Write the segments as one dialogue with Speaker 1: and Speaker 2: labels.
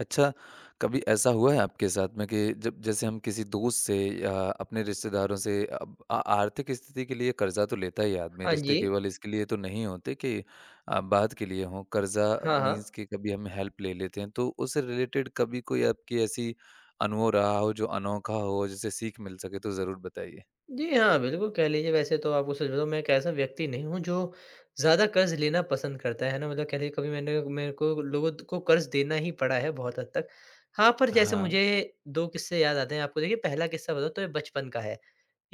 Speaker 1: अच्छा, कभी ऐसा हुआ है आपके साथ में कि जब जैसे हम किसी दोस्त से या अपने रिश्तेदारों से अब आ आर्थिक स्थिति के लिए कर्ज़ा तो लेता ही आदमी,
Speaker 2: हाँ
Speaker 1: रिश्ते
Speaker 2: जी।
Speaker 1: केवल इसके लिए तो नहीं होते कि बाद के लिए हों, कर्ज़ा
Speaker 2: हाँ, हाँ।
Speaker 1: मीन्स कि कभी हम हेल्प ले लेते हैं। तो उससे रिलेटेड कभी कोई आपकी ऐसी अनुभव रहा हो, जो अनोखा हो, जिससे सीख मिल सके तो ज़रूर बताइए?
Speaker 2: जी हाँ, बिल्कुल कह लीजिए वैसे तो आपको सच बताऊँ मैं एक ऐसा व्यक्ति नहीं हूँ जो ज़्यादा कर्ज़ लेना पसंद करता है ना? मतलब कह लीजिए कभी मैंने मेरे को लोगों को कर्ज़ देना ही पड़ा है बहुत हद तक। हाँ, पर जैसे
Speaker 1: हाँ,
Speaker 2: मुझे 2 किस्से याद आते हैं। आपको देखिए पहला किस्सा बताऊँ तो ये बचपन का है।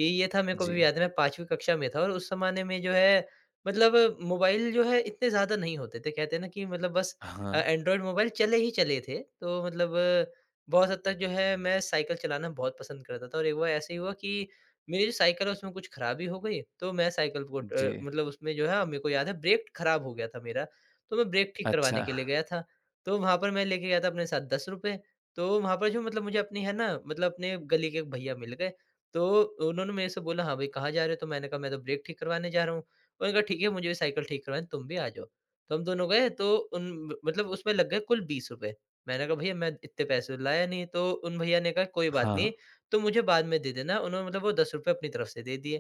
Speaker 2: ये था, मेरे को भी
Speaker 1: जी।
Speaker 2: याद है, मैं 5वीं कक्षा में था और उस ज़माने में जो है मतलब मोबाइल जो है इतने ज़्यादा नहीं होते थे। कहते हैं ना कि मतलब बस
Speaker 1: हाँ,
Speaker 2: एंड्रॉयड मोबाइल चले ही चले थे। तो मतलब बहुत हद तक जो है मैं साइकिल चलाना बहुत पसंद करता था और एक बार ऐसे ही हुआ कि मेरी जो साइकिल है उसमें कुछ खराबी हो गई। तो मैं साइकिल को
Speaker 1: जी।
Speaker 2: मतलब उसमें जो है, हाँ, मेरे को याद है ब्रेक खराब हो गया था मेरा। तो मैं ब्रेक ठीक
Speaker 1: अच्छा,
Speaker 2: करवाने के लिए गया था। तो वहाँ पर मैं लेके गया था अपने साथ ₹10। तो वहाँ पर जो मतलब मुझे अपनी, है ना, मतलब अपने गली के एक भैया मिल गए। तो उन्होंने मेरे से बोला, "हाँ भाई, कहाँ जा रहे हो?" तो मैंने कहा, "मैं तो ब्रेक ठीक करवाने जा रहा हूँ।" उन्होंने कहा, "ठीक है, मुझे भी साइकिल ठीक करवानी है, तुम भी आ जाओ।" तो हम दोनों गए तो उन मतलब उसमें लग गए कुल ₹20। मैंने कहा, "भैया मैं इतने पैसे तो लाया नहीं।" तो उन भैया ने कहा, "कोई बात
Speaker 1: हाँ,
Speaker 2: नहीं, तुम मुझे बाद में दे देना।" उन्होंने मतलब वो ₹10 अपनी तरफ से दे दिए।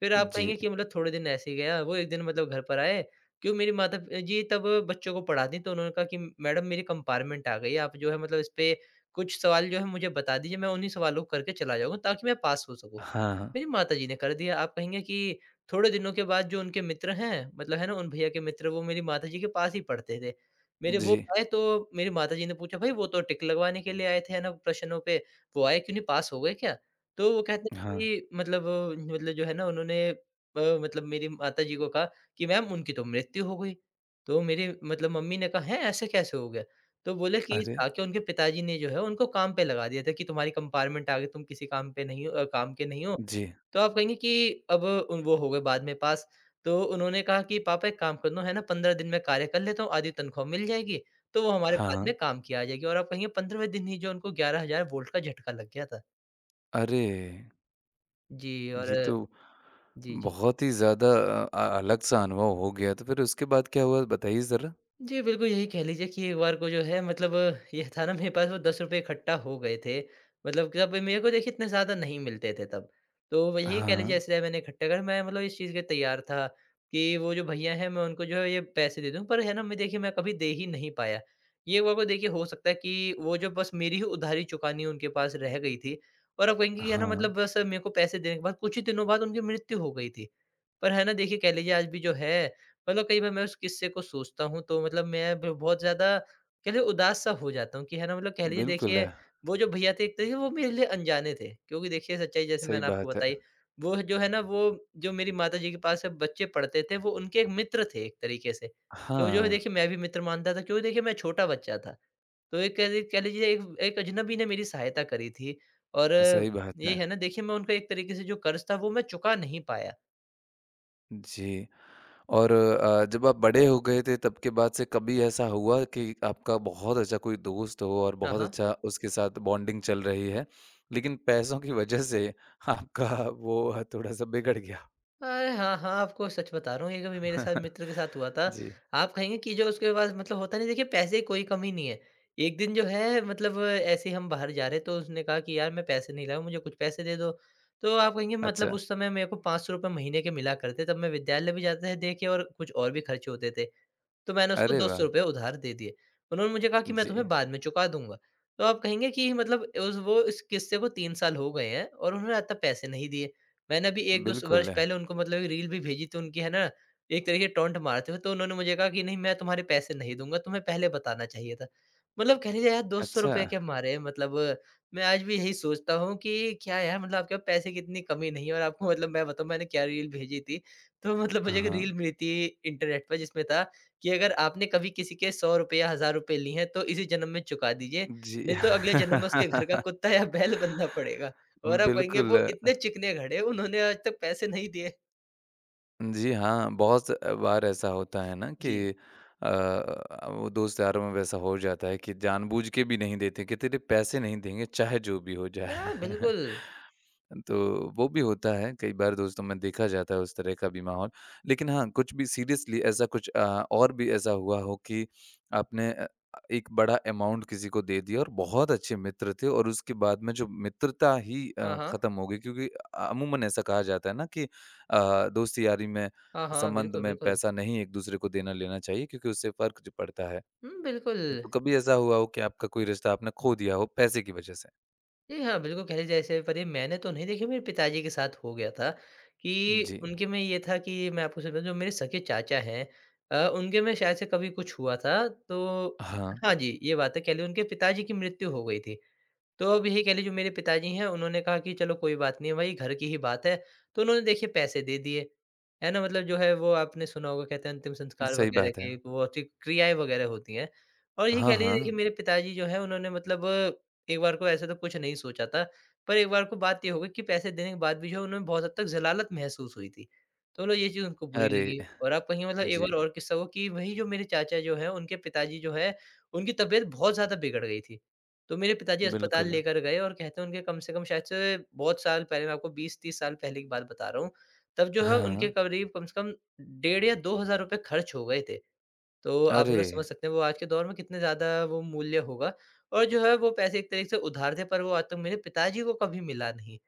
Speaker 2: फिर आप
Speaker 1: जी।
Speaker 2: कहेंगे कि मतलब थोड़े दिन ऐसे ही गया, वो एक दिन मतलब घर पर आए, क्यों मेरी माता जी तब बच्चों को पढ़ाती, तो उन्होंने कहा कि मैडम मेरी कंपार्टमेंट आ गई, आप जो है मतलब इस पे कुछ सवाल जो है मुझे बता दीजिए, मैं उन्हीं सवालों को करके चला जाऊँगा ताकि मैं पास हो सकूँ।
Speaker 1: हाँ, हाँ,
Speaker 2: मेरी माताजी ने कर दिया, आप कहेंगे कि थोड़े दिनों के बाद जो उनके मित्र हैं, मतलब है ना उन भैया के मित्र वो मेरी माताजी के पास ही पढ़ते थे। मेरे वो
Speaker 1: जी।
Speaker 2: आए तो मेरी माताजी ने पूछा, "भई वो तो टिक लगवाने के लिए आए थे है ना प्रश्नों पे, वो आए क्यों नहीं, पास हो गए क्या?" तो वो कहते हैं
Speaker 1: हाँ,
Speaker 2: कि मतलब जो है ना, उन्होंने मतलब मेरी माताजी को कहा कि मैम उनकी तो मृत्यु हो गई। तो मेरी मतलब मम्मी ने कहा, "हैं! ऐसे कैसे हो गया?" तो बोले कि ये
Speaker 1: अरे!
Speaker 2: था कि उनके पिताजी ने जो है उनको काम पे लगा दिया था कि तुम्हारी कंपार्टमेंट आ गई, तुम किसी काम पे नहीं हो काम के नहीं हो।
Speaker 1: जी,
Speaker 2: तो आप कहेंगे कि अब उन वो हो गए बाद में पास। तो उन्होंने कहा कि पापा एक काम करना है ना, 15 दिन में कार्य कर लेता हूँ, आधी तनख्वाह मिल जाएगी, तो वो हमारे बाद में
Speaker 1: हाँ।
Speaker 2: काम की आ जाएगी। और आप कहेंगे 15वें दिन ही जो उनको 11,000 वोल्ट का झटका लग गया था।
Speaker 1: अरे!
Speaker 2: जी। और
Speaker 1: ये तो
Speaker 2: जी, जी।
Speaker 1: बहुत ही ज़्यादा अलग-सा अनुभव हो गया। तो फिर उसके बाद क्या हुआ बताइए ज़रा?
Speaker 2: जी, बिल्कुल यही कह लीजिए कि एक बार को जो है मतलब ये था ना मेरे पास वो ₹10 इकट्ठा हो गए थे। मतलब जब मेरे को देखिए इतने ज़्यादा नहीं मिलते थे तब। तो वही कह
Speaker 1: हाँ,
Speaker 2: लीजिए इसलिए मैंने इकट्ठा कर मैं मतलब इस चीज़ के लिए तैयार था कि वो जो भैया हैं मैं उनको जो है ये पैसे दे दूँ। पर है ना, मैं देखिए मैं कभी दे ही नहीं पाया। ये हुआ को देखिए हो सकता है कि वो जो बस मेरी ही उधारी चुकानी उनके पास रह गई थी। और अब कहेंगे कि है ना
Speaker 1: हाँ,
Speaker 2: मतलब बस मेरे को पैसे देने के बाद कुछ ही दिनों बाद उनकी मृत्यु हो गई थी। पर है ना देखिए कह लीजिए आज भी जो है मतलब कई बार मैं उस किस्से को सोचता हूँ तो मतलब मैं ब बहुत ज़्यादा कह लीजिए उदास सा हो जाता हूँ कि, है ना, मतलब कह लीजिए
Speaker 1: बिल्कुल
Speaker 2: देखिए
Speaker 1: है।
Speaker 2: वो जो भईया थे एक तरीके से वो मेरे लिए अनजाने थे। क्योंकि देखिए सच्चाई जैसे
Speaker 1: सही
Speaker 2: मैंने आपको
Speaker 1: बात है।
Speaker 2: बताई, वो जो मेरी माताजी के पास जब बच्चे पढ़ते थे वो उनके एक मित्र थे एक तरीके से। तो जो है
Speaker 1: हाँ,
Speaker 2: देखिए मैं भी मित्र मानता था क्योंकि देखिए मैं छोटा बच्चा था। तो एक कह ली कह लीजिए एक एक अजनबी ने मेरी सहायता करी थी। और
Speaker 1: सही बात
Speaker 2: ये,
Speaker 1: है।
Speaker 2: है ना, देखिए मैं उनका एक तरीके से जो कर्ज़ था वो मैं चुका नहीं पाया।
Speaker 1: जी, और जब आप बड़े हो गए थे तब के बाद से कभी ऐसा हुआ कि आपका बहुत अच्छा कोई दोस्त हो और
Speaker 2: हाँ,
Speaker 1: बहुत
Speaker 2: हाँ।
Speaker 1: अच्छा उसके साथ बॉन्डिंग चल रही है, लेकिन पैसों की वजह से आपका वो थोड़ा-सा बिगड़ गया?
Speaker 2: अरे! हाँ, हाँ, आपको सच बता रहा हूँ, ये कभी मेरे साथ मित्र के साथ हुआ था।
Speaker 1: जी,
Speaker 2: आप कहेंगे कि जो उसके पास मतलब होता नहीं, देखिए पैसे की कोई कमी नहीं है। एक दिन जो है मतलब ऐसे ही हम बाहर जा रहे, तो उसने कहा कि यार मैं पैसे नहीं लाया हूँ, मुझे कुछ पैसे दे दो। तो आप कहेंगे मतलब
Speaker 1: अच्छा।
Speaker 2: उस समय मेरे को ₹500 महीने के मिला करते, तब मैं विद्यालय भी जाते थे दे के और कुछ और भी खर्चे होते थे। तो मैंने उसको
Speaker 1: अरे वाह!
Speaker 2: ₹200 उधार दे दिए। उन्होंने मुझे कहा कि मैं तुम्हें
Speaker 1: जी,
Speaker 2: बाद में चुका दूँगा। तो आप कहेंगे कि मतलब उस वो इस किस्से को 3 साल हो गए हैं और उन्होंने आज तक पैसे नहीं दिए। मैंने अभी 1-2 स वर्ष
Speaker 1: बिल्कुल।
Speaker 2: पहले उनको मतलब एक रील भी भेजी थी उनकी, है ना, एक तरीके से टॉन्ट मारते हुए। तो उन्होंने मुझे कहा कि नहीं मैं तुम्हारे पैसे नहीं दूँगा, तुम्हें पहले बताना चाहिए था। मतलब कह लीजिए यार
Speaker 1: अच्छा,
Speaker 2: ₹200 के मारे हैं मतलब मैं आज भी यही सोचता हूँ कि क्या यार मतलब आपके पास पैसे की इतनी कमी नहीं है। और आपको मतलब मैं बताऊँ मैंने क्या रील भेजी थी। तो मतलब मुझे एक
Speaker 1: हाँ,
Speaker 2: रील मिली थी इंटरनेट पर जिसमें था कि अगर आपने कभी किसी के ₹100 या ₹1000 लिए हैं, तो इसी जन्म में चुका दीजिए,
Speaker 1: जी।
Speaker 2: नहीं तो अगले जन्म में उसके घर का कुत्ता या बैल बनना पड़ेगा। और आप कहेंगे
Speaker 1: बिल्कुल।
Speaker 2: वो इतने चिकने खड़े हैं, उन्होंने आज तक पैसे नहीं दिए।
Speaker 1: जी हाँ, बहुत बार ऐसा होता है ना कि
Speaker 2: जी।
Speaker 1: अ, वो दोस्त यारों में वैसा हो जाता है कि जानबूझ के भी नहीं देते कि तेरे पैसे नहीं देंगे चाहे जो भी हो
Speaker 2: ना
Speaker 1: जाए।
Speaker 2: बिल्कुल।
Speaker 1: तो वो भी होता है, कई बार दोस्तों में देखा जाता है उस तरह का भी माहौल। लेकिन हाँ, कुछ भी सीरियसली ऐसा कुछ और भी ऐसा हुआ हो कि आपने एक बड़ा अमाउंट किसी को दे दिया और बहुत अच्छे मित्र थे और उसके बाद में जो मित्रता ही
Speaker 2: हाँ, हाँ।
Speaker 1: ख़त्म हो गई क्योंकि अमूमन ऐसा कहा जाता है ना कि दोस्ती यारी में
Speaker 2: हाँ, हाँ,
Speaker 1: संबंध
Speaker 2: बिल्कुल,
Speaker 1: में
Speaker 2: बिल्कुल।
Speaker 1: पैसा नहीं एक दूसरे को देना लेना चाहिए क्योंकि उससे फ़र्क जो पड़ता है।
Speaker 2: हुँ, बिल्कुल।
Speaker 1: तो कभी ऐसा हुआ हो कि आपका कोई रिश्ता आपने खो दिया हो पैसे की वजह से?
Speaker 2: जी हाँ, बिल्कुल कह लीजिए ऐसे पर ये मैंने तो नहीं देखी, मेरे पिताजी के साथ हो गया था कि
Speaker 1: जी।
Speaker 2: उनके में ये था कि मैं आपको सच बताऊँ जो मेरे सगे चाचा हैं, उनके में शायद से कभी कुछ हुआ था तो,
Speaker 1: हाँ,
Speaker 2: हाँ जी, ये बात है कह लीजिए उनके पिताजी की मृत्यु हो गई थी। तो अब यही कह लीजिए जो मेरे पिताजी हैं उन्होंने कहा कि चलो कोई बात नहीं है भाई घर की ही बात है। तो उन्होंने देखिए पैसे दे दिए। है ना? मतलब जो है वो आपने सुना होगा कहते हैं अंतिम संस्कार
Speaker 1: सही
Speaker 2: वग़ैरह
Speaker 1: बात है।
Speaker 2: की वो ची क्रियाएँ वग़ैरह होती हैं। और ये
Speaker 1: हाँ,
Speaker 2: कह लीजिए देखिए
Speaker 1: हाँ।
Speaker 2: मेरे पिताजी जो हैं उन्होंने मतलब एक बार को ऐसे तो कुछ नहीं सोचा था। पर एक बार को बात ये हो गई कि पैसे देने के बाद भी जो है उन्हें बहुत हद तक ज़लालत महसूस हुई थी। तो मतलब ये चीज़ उनको बुरी
Speaker 1: अरे!
Speaker 2: लगी। और आप कहिए मतलब एक बार
Speaker 1: जी,
Speaker 2: और किस्सा हुआ कि वही जो मेरे चाचा जो हैं उनके पिताजी जो हैं, उनकी तबीयत बहुत ज़्यादा बिगड़ गई थी। तो मेरे पिताजी अस्पताल
Speaker 1: बिल्कुल।
Speaker 2: लेकर गए और कहते हैं उनके कम से कम शायद से बहुत साल पहले, मैं आपको 20-30 साल पहले की बात बता रहा हूँ। तब जो है उनके
Speaker 1: हाँ।
Speaker 2: करीब कम से कम डेढ़ या ₹2,000 खर्च हो गए थे। तो आप
Speaker 1: अरे!
Speaker 2: मतलब समझ सकते हैं वो आज के दौर में कितने ज़्यादा वो मूल्य होगा। और जो है वो पैसे एक तरीके से उधार थे पर वो आज तक मेरे पिताजी को कभी मिला नहीं।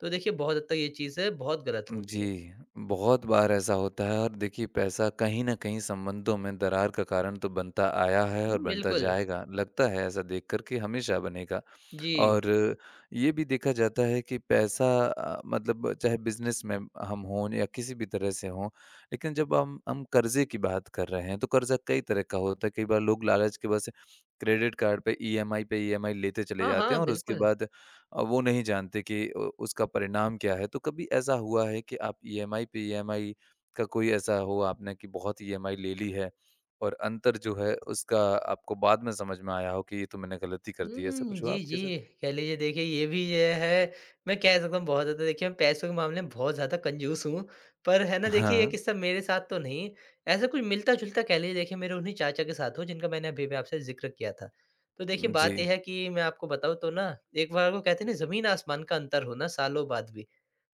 Speaker 2: तो देखिए बहुत हद तक ये चीज़ है, बहुत गलत होती है।
Speaker 1: जी, बहुत बार ऐसा होता है और देखिए पैसा कहीं न कहीं संबंधों में दरार का कारण तो बनता आया है और
Speaker 2: हुँ,
Speaker 1: बनता
Speaker 2: बिल्कुल।
Speaker 1: जाएगा। लगता है ऐसा देखकर कि हमेशा बनेगा।
Speaker 2: जी।
Speaker 1: और ये भी देखा जाता है कि पैसा मतलब चाहे बिज़नेस में हम हों या किसी भी तरह से हों, लेकिन जब हम कर्ज़े की बात कर रहे हैं, तो कर्ज़ा कई तरह का होता है। कई बार लोग लालच के बस क्रेडिट कार्ड पे ईएमआई लेते चले
Speaker 2: हाँ,
Speaker 1: जाते
Speaker 2: हाँ,
Speaker 1: हैं और उसके
Speaker 2: बिल्कुल।
Speaker 1: बाद वो नहीं जानते कि उसका परिणाम क्या है। तो कभी ऐसा हुआ है कि आप ईएमआई पे ईएमआई का कोई ऐसा हो आपने कि बहुत ईएमआई ले ली है और अंतर जो है उसका आपको बाद में समझ में आया हो कि ये तो मैंने गलती कर दी है। ऐसा
Speaker 2: हुँ,
Speaker 1: कुछ हुआ
Speaker 2: जी,
Speaker 1: आपके साथ?
Speaker 2: जी। कह लीजिए देखिए ये भी ये है मैं कह सकता हूँ बहुत ज़्यादा, देखिए मैं पैसों के मामले में बहुत ज़्यादा कंजूस हूँ। पर है ना देखिए ये
Speaker 1: हाँ,
Speaker 2: किस्सा मेरे साथ तो नहीं, ऐसा कुछ मिलता-जुलता कह लीजिए देखिए मेरे उन्हीं चाचा के साथ हो, जिनका मैंने अभी भी आपसे ज़िक्र किया था। तो देखिए
Speaker 1: जी,
Speaker 2: बात ये है कि मैं आपको बताऊँ तो ना, एक बार वो कहते हैं ना ज़मीन-आसमान का अंतर होना सालों बाद भी।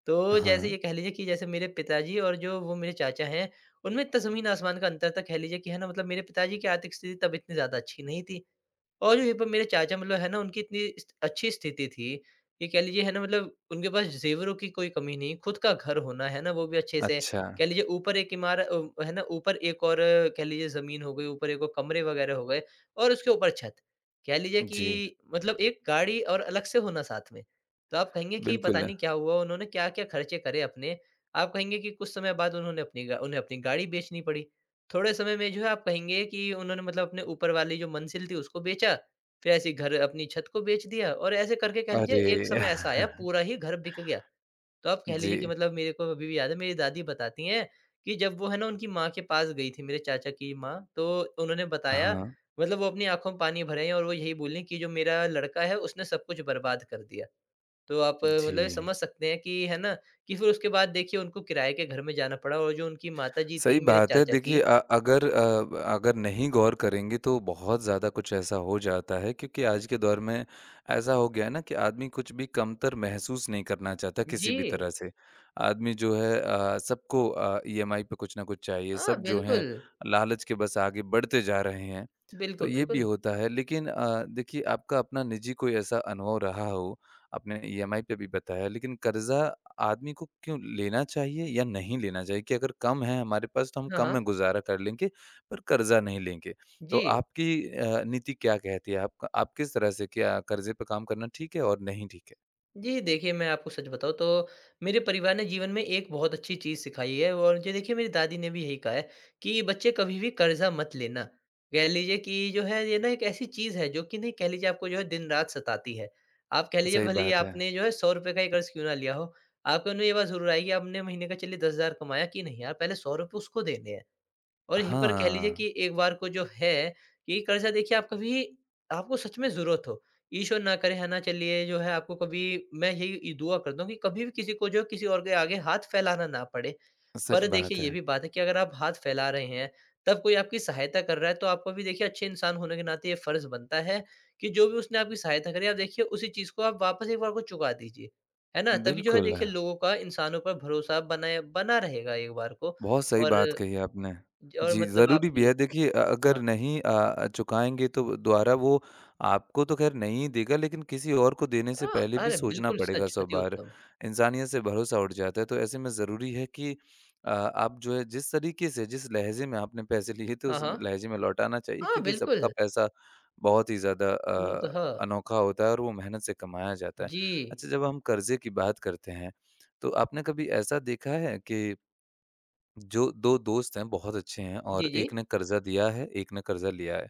Speaker 2: तो जैसे
Speaker 1: हाँ,
Speaker 2: ये कह लीजिए कि जैसे मेरे पिताजी और जो वो मेरे चाचा हैं, उनमें इतना ज़मीन-आसमान का अंतर था कह लीजिए कि, है ना, मतलब मेरे पिताजी की आर्थिक स्थिति तब इतनी ज़्यादा अच्छी नहीं थी। और ये पर मेरे चाचा मतलब है ना उनकी इतनी स्ट अच्छी स्थिति थी, कि कह लीजिए, है ना, मतलब उनके पास ज़ेवरों की कोई कमी नहीं, खुद का घर होना, है ना वो भी अच्छे से,
Speaker 1: अच्छा,
Speaker 2: कह लीजिए ऊपर एक है ना ऊपर एक और कह लीजिए ज़मीन हो गई, ऊपर एक और कमरे वगैरह हो गए और उसके ऊपर छत। कह लीजिए कि
Speaker 1: जी,
Speaker 2: मतलब एक गाड़ी और अलग से होना साथ में। तो आप कहेंगे कि पता
Speaker 1: बिल्कुल,
Speaker 2: नहीं क्या हुआ, उन्होंने क्या-क्या खर्चे करे अपने। आप कहेंगे कि कुछ समय बाद उन्होंने अपनी गा उन्हें अपनी गाड़ी बेचनी पड़ी। थोड़े समय में जो है आप कहेंगे कि उन्होंने मतलब अपने ऊपर वाली जो मंज़िल थी उसको बेचा, फिर ऐसे ही घर अपनी छत को बेच दिया और ऐसे करके कह लीजिए
Speaker 1: अरे!
Speaker 2: एक समय ऐसा आया पूरा ही घर बिक गया। तो आप कह लीजिए कि
Speaker 1: जी,
Speaker 2: मतलब मेरे को अभी भी याद है, मेरी दादी बताती हैं कि जब वो है ना उनकी माँ के पास गई थी, मेरे चाचा की माँ, तो उन्होंने बताया
Speaker 1: हाँ,
Speaker 2: मतलब वो अपनी आँखों में पानी भरे हैं और वो यही बोलीं कि जो मेरा लड़का है उसने सब कुछ बर्बाद कर दिया। तो आप मतलब ये
Speaker 1: जी।
Speaker 2: समझ सकते हैं कि है ना, कि फिर उसके बाद देखिए उनको किराए के घर में जाना पड़ा और जो उनकी माताजी
Speaker 1: सही
Speaker 2: थी मेरे
Speaker 1: बात है।
Speaker 2: चाचा
Speaker 1: देखिए
Speaker 2: की।
Speaker 1: अगर नहीं गौर करेंगे तो बहुत ज़्यादा कुछ ऐसा हो जाता है क्योंकि आज के दौर में ऐसा हो गया है ना कि आदमी कुछ भी कमतर महसूस नहीं करना चाहता किसी भी
Speaker 2: जी।
Speaker 1: तरह से। आदमी जो है सबको ईएमआई पे कुछ न कुछ चाहिए।
Speaker 2: हाँ,
Speaker 1: सब जो
Speaker 2: बिल्कुल।
Speaker 1: हैं लालच के बस आगे बढ़ते जा रहे हैं। तो
Speaker 2: बिल्कुल,
Speaker 1: ये भी
Speaker 2: बिल्कुल।
Speaker 1: होता है लेकिन देखिए आपका अपना निजी कोई ऐसा अनुभव रहा हो, आपने ईएमआई पे भी बताया लेकिन कर्ज़ा आदमी को क्यों लेना चाहिए या नहीं लेना चाहिए कि अगर कम है हमारे पास तो हम
Speaker 2: हाँ,
Speaker 1: कम
Speaker 2: हाँ।
Speaker 1: में गुज़ारा कर लेंगे, पर कर्ज़ा नहीं लेंगे। तो
Speaker 2: जी।
Speaker 1: आपकी नीति क्या कहती है? आप किस तरह से क्या कर्ज़े पे काम करना ठीक है और नहीं ठीक है?
Speaker 2: जी, देखिए मैं आपको सच बताऊँ तो मेरे परिवार ने जीवन में एक बहुत अच्छी चीज़ सिखाई है और जो देखिए मेरी दादी ने भी यही कहा है कि बच्चे कभी भी कर्ज़ा मत लेना। कह लीजिए कि जो है ये ना एक ऐसी चीज़ है जो कि नहीं, कह लीजिए आपको जो है दिन-रात सताती है। आप कह लीजिए
Speaker 1: सही
Speaker 2: भले ही
Speaker 1: बात है।
Speaker 2: आपने जो है ₹100 का ही कर्ज़ क्यों ना लिया हो, आपके मन में ये बात ज़रूर आएगी, आपने महीने का चलिए 10,000 कमाया कि नहीं, यार पहले ₹100 उसको देने हैं। और यहीं पर कह लीजिए
Speaker 1: हाँ,
Speaker 2: कि एक बार को जो है कि कर्ज़ा देखिए आप कभी आपको सच में ज़रूरत हो, ईश्वर ना करे, है ना, चलिए जो है आपको कभी। मैं यही दुआ करता हूँ कि कभी भी किसी को जो है किसी और के आगे हाथ फैलाना ना पड़े।
Speaker 1: सच
Speaker 2: पर देखिए
Speaker 1: बात है।
Speaker 2: ये भी बात है कि अगर आप हाथ फैला रहे हैं, तब कोई आपकी सहायता कर रहा है, तो आपको भी देखिए अच्छे इंसान होने के नाते ये फ़र्ज़ बनता है कि जो भी उसने आपकी सहायता करी आप देखिए उसी चीज़ को आप वापस एक बार को चुका दीजिए। है ना? तभी जो है
Speaker 1: बिल्कुल।
Speaker 2: देखिए लोगों का इंसानों पर भरोसा बनाया बना रहेगा एक बार को।
Speaker 1: बहुत सही
Speaker 2: और
Speaker 1: बात कही आपने।
Speaker 2: ज और
Speaker 1: जी,
Speaker 2: मतलब आप
Speaker 1: ज़रूरी भी
Speaker 2: ये।
Speaker 1: है। देखिए अगर
Speaker 2: हाँ,
Speaker 1: नहीं चुकाएँगे तो दोबारा वो आपको तो ख़ैर नहीं ही देगा लेकिन किसी और को देने से
Speaker 2: हाँ,
Speaker 1: पहले भी
Speaker 2: अरे!
Speaker 1: सोचना
Speaker 2: बिल्कुल
Speaker 1: पड़ेगा
Speaker 2: सच,
Speaker 1: 100
Speaker 2: अति
Speaker 1: बार।
Speaker 2: उत्तम।
Speaker 1: इंसानियत से भरोसा उठ जाता है। तो ऐसे में ज़रूरी है कि आप जो है जिस तरीके से, जिस लहज़े में आपने पैसे लिए थे
Speaker 2: हाँ,
Speaker 1: उस
Speaker 2: हाँ।
Speaker 1: लहज़े में लौटाना चाहिए
Speaker 2: हाँ,
Speaker 1: क्योंकि सबका
Speaker 2: बिल्कुल,
Speaker 1: पैसा बहुत ही ज़्यादा
Speaker 2: पूर्णतः।
Speaker 1: अनोखा होता है और वो मेहनत से कमाया जाता है।
Speaker 2: जी।
Speaker 1: अच्छा जब हम कर्ज़े की बात करते हैं, तो आपने कभी ऐसा देखा है कि जो 2 दोस्त हैं बहुत अच्छे हैं
Speaker 2: जी,
Speaker 1: और
Speaker 2: जी।
Speaker 1: एक ने कर्ज़ा दिया है, एक ने कर्ज़ा लिया है।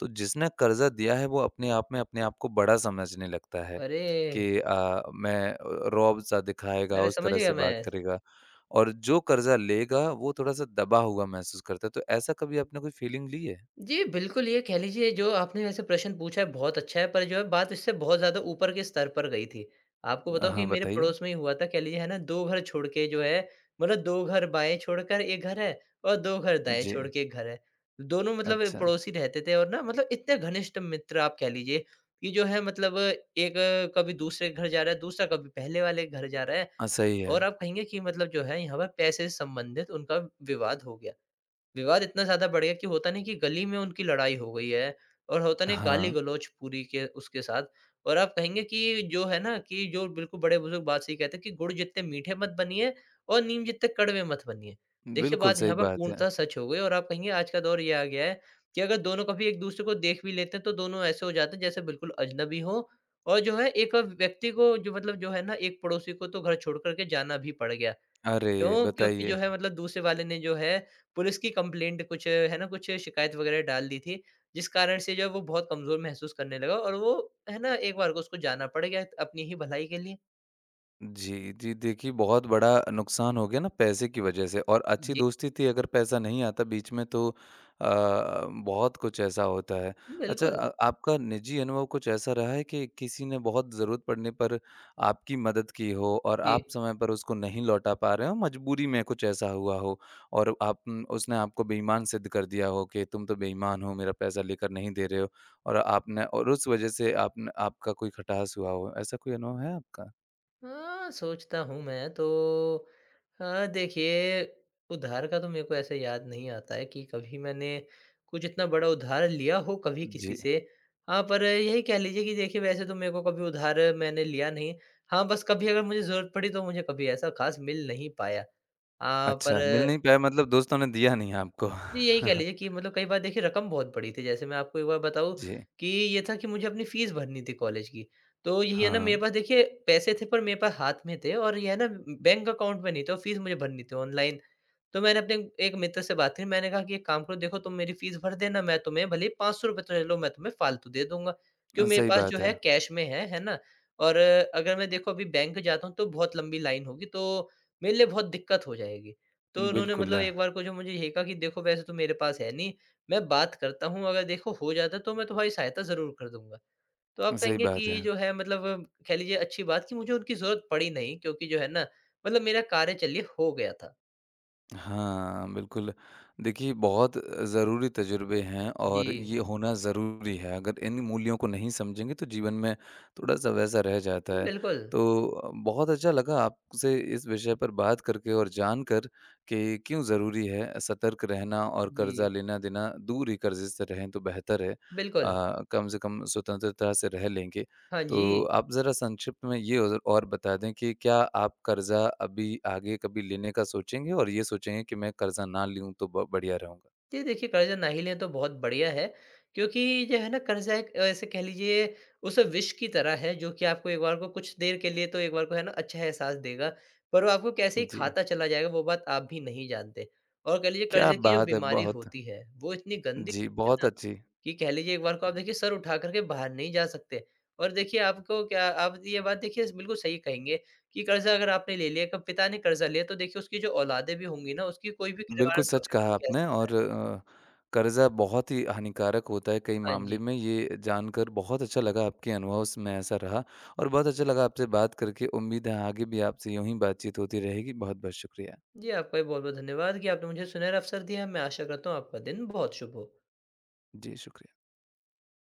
Speaker 1: तो जिसने कर्ज़ा दिया है वो अपने आप में अपने आप को बड़ा समझने लगता है
Speaker 2: अरे!
Speaker 1: कि मैं रौब-सा दिखाएगा,
Speaker 2: अरे,
Speaker 1: उस
Speaker 2: समझ
Speaker 1: तरह
Speaker 2: गया
Speaker 1: से
Speaker 2: मैं।
Speaker 1: बात करेगा और जो कर्ज़ा लेगा वो थोड़ा-सा दबा हुआ महसूस करता है। तो ऐसा कभी आपने कोई फीलिंग ली है?
Speaker 2: जी, बिल्कुल, ये कह लीजिए जो आपने वैसे प्रश्न पूछा है बहुत अच्छा है, पर जो है बात इससे बहुत ज़्यादा ऊपर के स्तर पर गई थी। आपको बताऊँ कि
Speaker 1: हाँ,
Speaker 2: मेरे
Speaker 1: बताइए।
Speaker 2: पड़ोस में ही हुआ था, कह लीजिए है ना, 2 घर छोड़ के जो है, मतलब 2 घर बाएँ छोड़कर एक घर है और 2 घर दाएँ
Speaker 1: जी,
Speaker 2: छोड़ के एक घर है। दोनों मतलब एक
Speaker 1: अच्छा।
Speaker 2: पड़ोसी रहते थे और ना मतलब इतने घनिष्ठ मित्र, आप कह लीजिए कि जो है मतलब एक कभी दूसरे के घर जा रहा है, दूसरा कभी पहले वाले के घर जा रहा है
Speaker 1: हाँ, सही है।
Speaker 2: और आप कहेंगे कि मतलब जो है यहाँ पर पैसे से संबंधित उनका विवाद हो गया। विवाद इतना ज़्यादा बढ़ गया कि होता नहीं कि गली में उनकी लड़ाई हो गई है और होता नहीं
Speaker 1: हाँ,
Speaker 2: गाली-गलौच पूरी के उसके साथ। और आप कहेंगे कि जो है ना, कि जो बिल्कुल बड़े-बुजुर्ग बात सही कहते हैं कि गुड़ जितने मीठे मत बनिए और नीम जितने कड़वे मत बनिए। देखिए
Speaker 1: बिल्कुल
Speaker 2: बात
Speaker 1: सही
Speaker 2: यहाँ पर
Speaker 1: बात है।
Speaker 2: पूर्णतः सच हो गई और आप कहेंगे आज का दौर ये आ गया है कि अगर दोनों कभी एक-दूसरे को देख भी लेते हैं तो दोनों ऐसे हो जाते हैं जैसे बिल्कुल अजनबी हों और जो है एक व्यक्ति को, जो मतलब जो है ना एक पड़ोसी को, तो घर छोड़ कर के जाना भी पड़ गया।
Speaker 1: अरे!
Speaker 2: क्यों? क्योंकि जो
Speaker 1: बताइए।
Speaker 2: है मतलब दूसरे वाले ने जो है पुलिस की कंप्लेंट कुछ, है ना, कुछ शिकायत वगैरह डाल दी थी, जिस कारण से जो है वो बहुत कमज़ोर महसूस करने लगा और वो, है ना, एक बार को उसको जाना पड़ गया अपनी ही भलाई के लिए।
Speaker 1: जी, जी। देखिए, बहुत बड़ा नुकसान हो गया ना पैसे की वज़ह से और अच्छी
Speaker 2: जी,
Speaker 1: दोस्ती थी अगर पैसा नहीं आता बीच में तो अ, बहुत कुछ ऐसा होता है। अच्छा
Speaker 2: बिल्कुल।
Speaker 1: आपका निजी अनुभव कुछ ऐसा रहा है कि किसी ने बहुत ज़रूरत पड़ने पर आपकी मदद की हो और
Speaker 2: जी।
Speaker 1: आप समय पर उसको नहीं लौटा पा रहे हो, मजबूरी में कुछ ऐसा हुआ हो और आप उसने आपको बेईमान सिद्ध कर दिया हो कि तुम तो बेईमान हो, मेरा पैसा लेकर नहीं दे रहे हो और आपने और उस वज़ह से आपने आपका कोई खटास हुआ हो, ऐसा कोई अनुभव है आपका?
Speaker 2: हाँ, सोचता हूँ मैं तो। अ, देखिए उधार का तो मेरे को ऐसे याद नहीं आता है कि कभी मैंने कुछ इतना बड़ा उधार लिया हो कभी किसी
Speaker 1: जी।
Speaker 2: से। हाँ, पर यही कह लीजिए कि देखिए वैसे तो मेरे को कभी उधार मैंने लिया नहीं। हाँ, बस कभी अगर मुझे ज़रूरत पड़ी तो मुझे कभी ऐसा ख़ास मिल नहीं पाया। पर
Speaker 1: अच्छा, मिल नहीं पाया मतलब दोस्तों ने दिया नहीं आपको।
Speaker 2: जी, यही कह लीजिए कि मतलब कई बार देखिए रकम बहुत बड़ी थी। जैसे मैं आपको एक बार बताऊँ
Speaker 1: जी।
Speaker 2: कि ये था कि मुझे अपनी फ़ीस भरनी थी कॉलेज की। तो यही है ना
Speaker 1: हाँ,
Speaker 2: मेरे पास देखिए पैसे थे, पर मेरे पास हाथ में थे और ये है ना बैंक अकाउंट में नहीं थे और फ़ीस मुझे भरनी थी ऑनलाइन। तो मैंने अपने एक मित्र से बात करी, मैंने कहा कि एक काम करो, देखो तुम मेरी फ़ीस भर देना, मैं तुम्हें भले ही ₹500 तो ले लो, मैं तुम्हें फ़ालतू दे दूँगा। क्यों, मेरे
Speaker 1: सही
Speaker 2: पास जो
Speaker 1: बात है।
Speaker 2: है कैश में है ना? और अगर मैं देखो अभी बैंक जाता हूँ तो बहुत लंबी लाइन होगी, तो मेरे लिए बहुत दिक्कत हो जाएगी। तो उन्होंने
Speaker 1: बिल्कुल,
Speaker 2: मतलब एक बार को जो मुझे ये कहा कि देखो वैसे तो मेरे पास है नहीं, मैं बात करता हूँ, अगर देखो हो जाता है तो मैं तुम्हारी सहायता ज़रूर कर दूँगा। तो आप
Speaker 1: सही
Speaker 2: कहेंगे
Speaker 1: बात
Speaker 2: कि
Speaker 1: है।
Speaker 2: जो है मतलब कह लीजिए अच्छी बात कि मुझे उनकी ज़रूरत पड़ी नहीं क्योंकि जो है ना मतलब मेरा कार्य चलिए हो गया था।
Speaker 1: हाँ, बिल्कुल। देखिए बहुत ज़रूरी तजुर्बे हैं
Speaker 2: जी।
Speaker 1: और ये होना ज़रूरी है। अगर इन मूल्यों को नहीं समझेंगे तो जीवन में थोड़ा-सा वैसा रह जाता है।
Speaker 2: बिल्कुल,
Speaker 1: तो बहुत अच्छा लगा आपसे इस विषय पर बात करके और जानकर कि क्यों ज़रूरी है सतर्क रहना और कर्ज़ा
Speaker 2: जी,
Speaker 1: लेना-देना दूर ही कर्ज़े से रहें तो बेहतर है।
Speaker 2: बिल्कुल।
Speaker 1: कम से कम स्वतंत्रता से रह लेंगे।
Speaker 2: हाँ
Speaker 1: तो
Speaker 2: जी।
Speaker 1: आप ज़रा संक्षिप्त में ये और बता दें कि क्या आप कर्ज़ा अभी आगे कभी लेने का सोचेंगे और ये सोचेंगे कि मैं कर्ज़ा ना लूँ तो ब बढ़िया रहूँगा?
Speaker 2: जी, देखिए कर्ज़ा ना ही लें तो बहुत बढ़िया है, क्योंकि जो है ना कर्ज़ा एक ऐसे कह लीजिए उस विष की तरह है जो कि आपको एक बार को कुछ देर के लिए तो एक बार को है ना अच्छा एहसास देगा, पर वो आपको कैसे ही
Speaker 1: जी,
Speaker 2: खाता चला जाएगा वो बात आप भी नहीं जानते। और कह लीजिए
Speaker 1: क्या
Speaker 2: कर्ज़े की जो
Speaker 1: बात है!
Speaker 2: बीमारी
Speaker 1: बहुत
Speaker 2: होती है, वो इतनी गंदी
Speaker 1: जी,
Speaker 2: है
Speaker 1: बहुत
Speaker 2: ना
Speaker 1: अच्छी
Speaker 2: कि कह लीजिए एक बार को आप देखिए सर उठा कर के बाहर नहीं जा सकते। और देखिए आपको क्या, आप ये बात देखिए बिल्कुल सही कहेंगे कि कर्ज़ा अगर आपने ले लिया, क पिता ने कर्ज़ा लिया तो देखिए उसकी जो औलादें भी होंगी ना उसकी कोई भी किरदार
Speaker 1: बिल्कुल सच
Speaker 2: पकड़ के
Speaker 1: कहा
Speaker 2: कह
Speaker 1: आपने
Speaker 2: सक।
Speaker 1: और कर्ज़ा बहुत ही हानिकारक होता है कई
Speaker 2: हाँ जी।
Speaker 1: मामले में, ये जानकर बहुत अच्छा लगा आपके अनुभव में ऐसा रहा और बहुत अच्छा लगा आपसे बात करके। उम्मीद है आगे भी आपसे यूँ ही बातचीत होती रहेगी। बहुत-बहुत शुक्रिया।
Speaker 2: जी, आपका भी बहुत-बहुत धन्यवाद कि आपने मुझे सुनहरा अवसर दिया। मैं आशा करता हूँ आपका दिन बहुत शुभ हो।
Speaker 1: जी, शुक्रिया।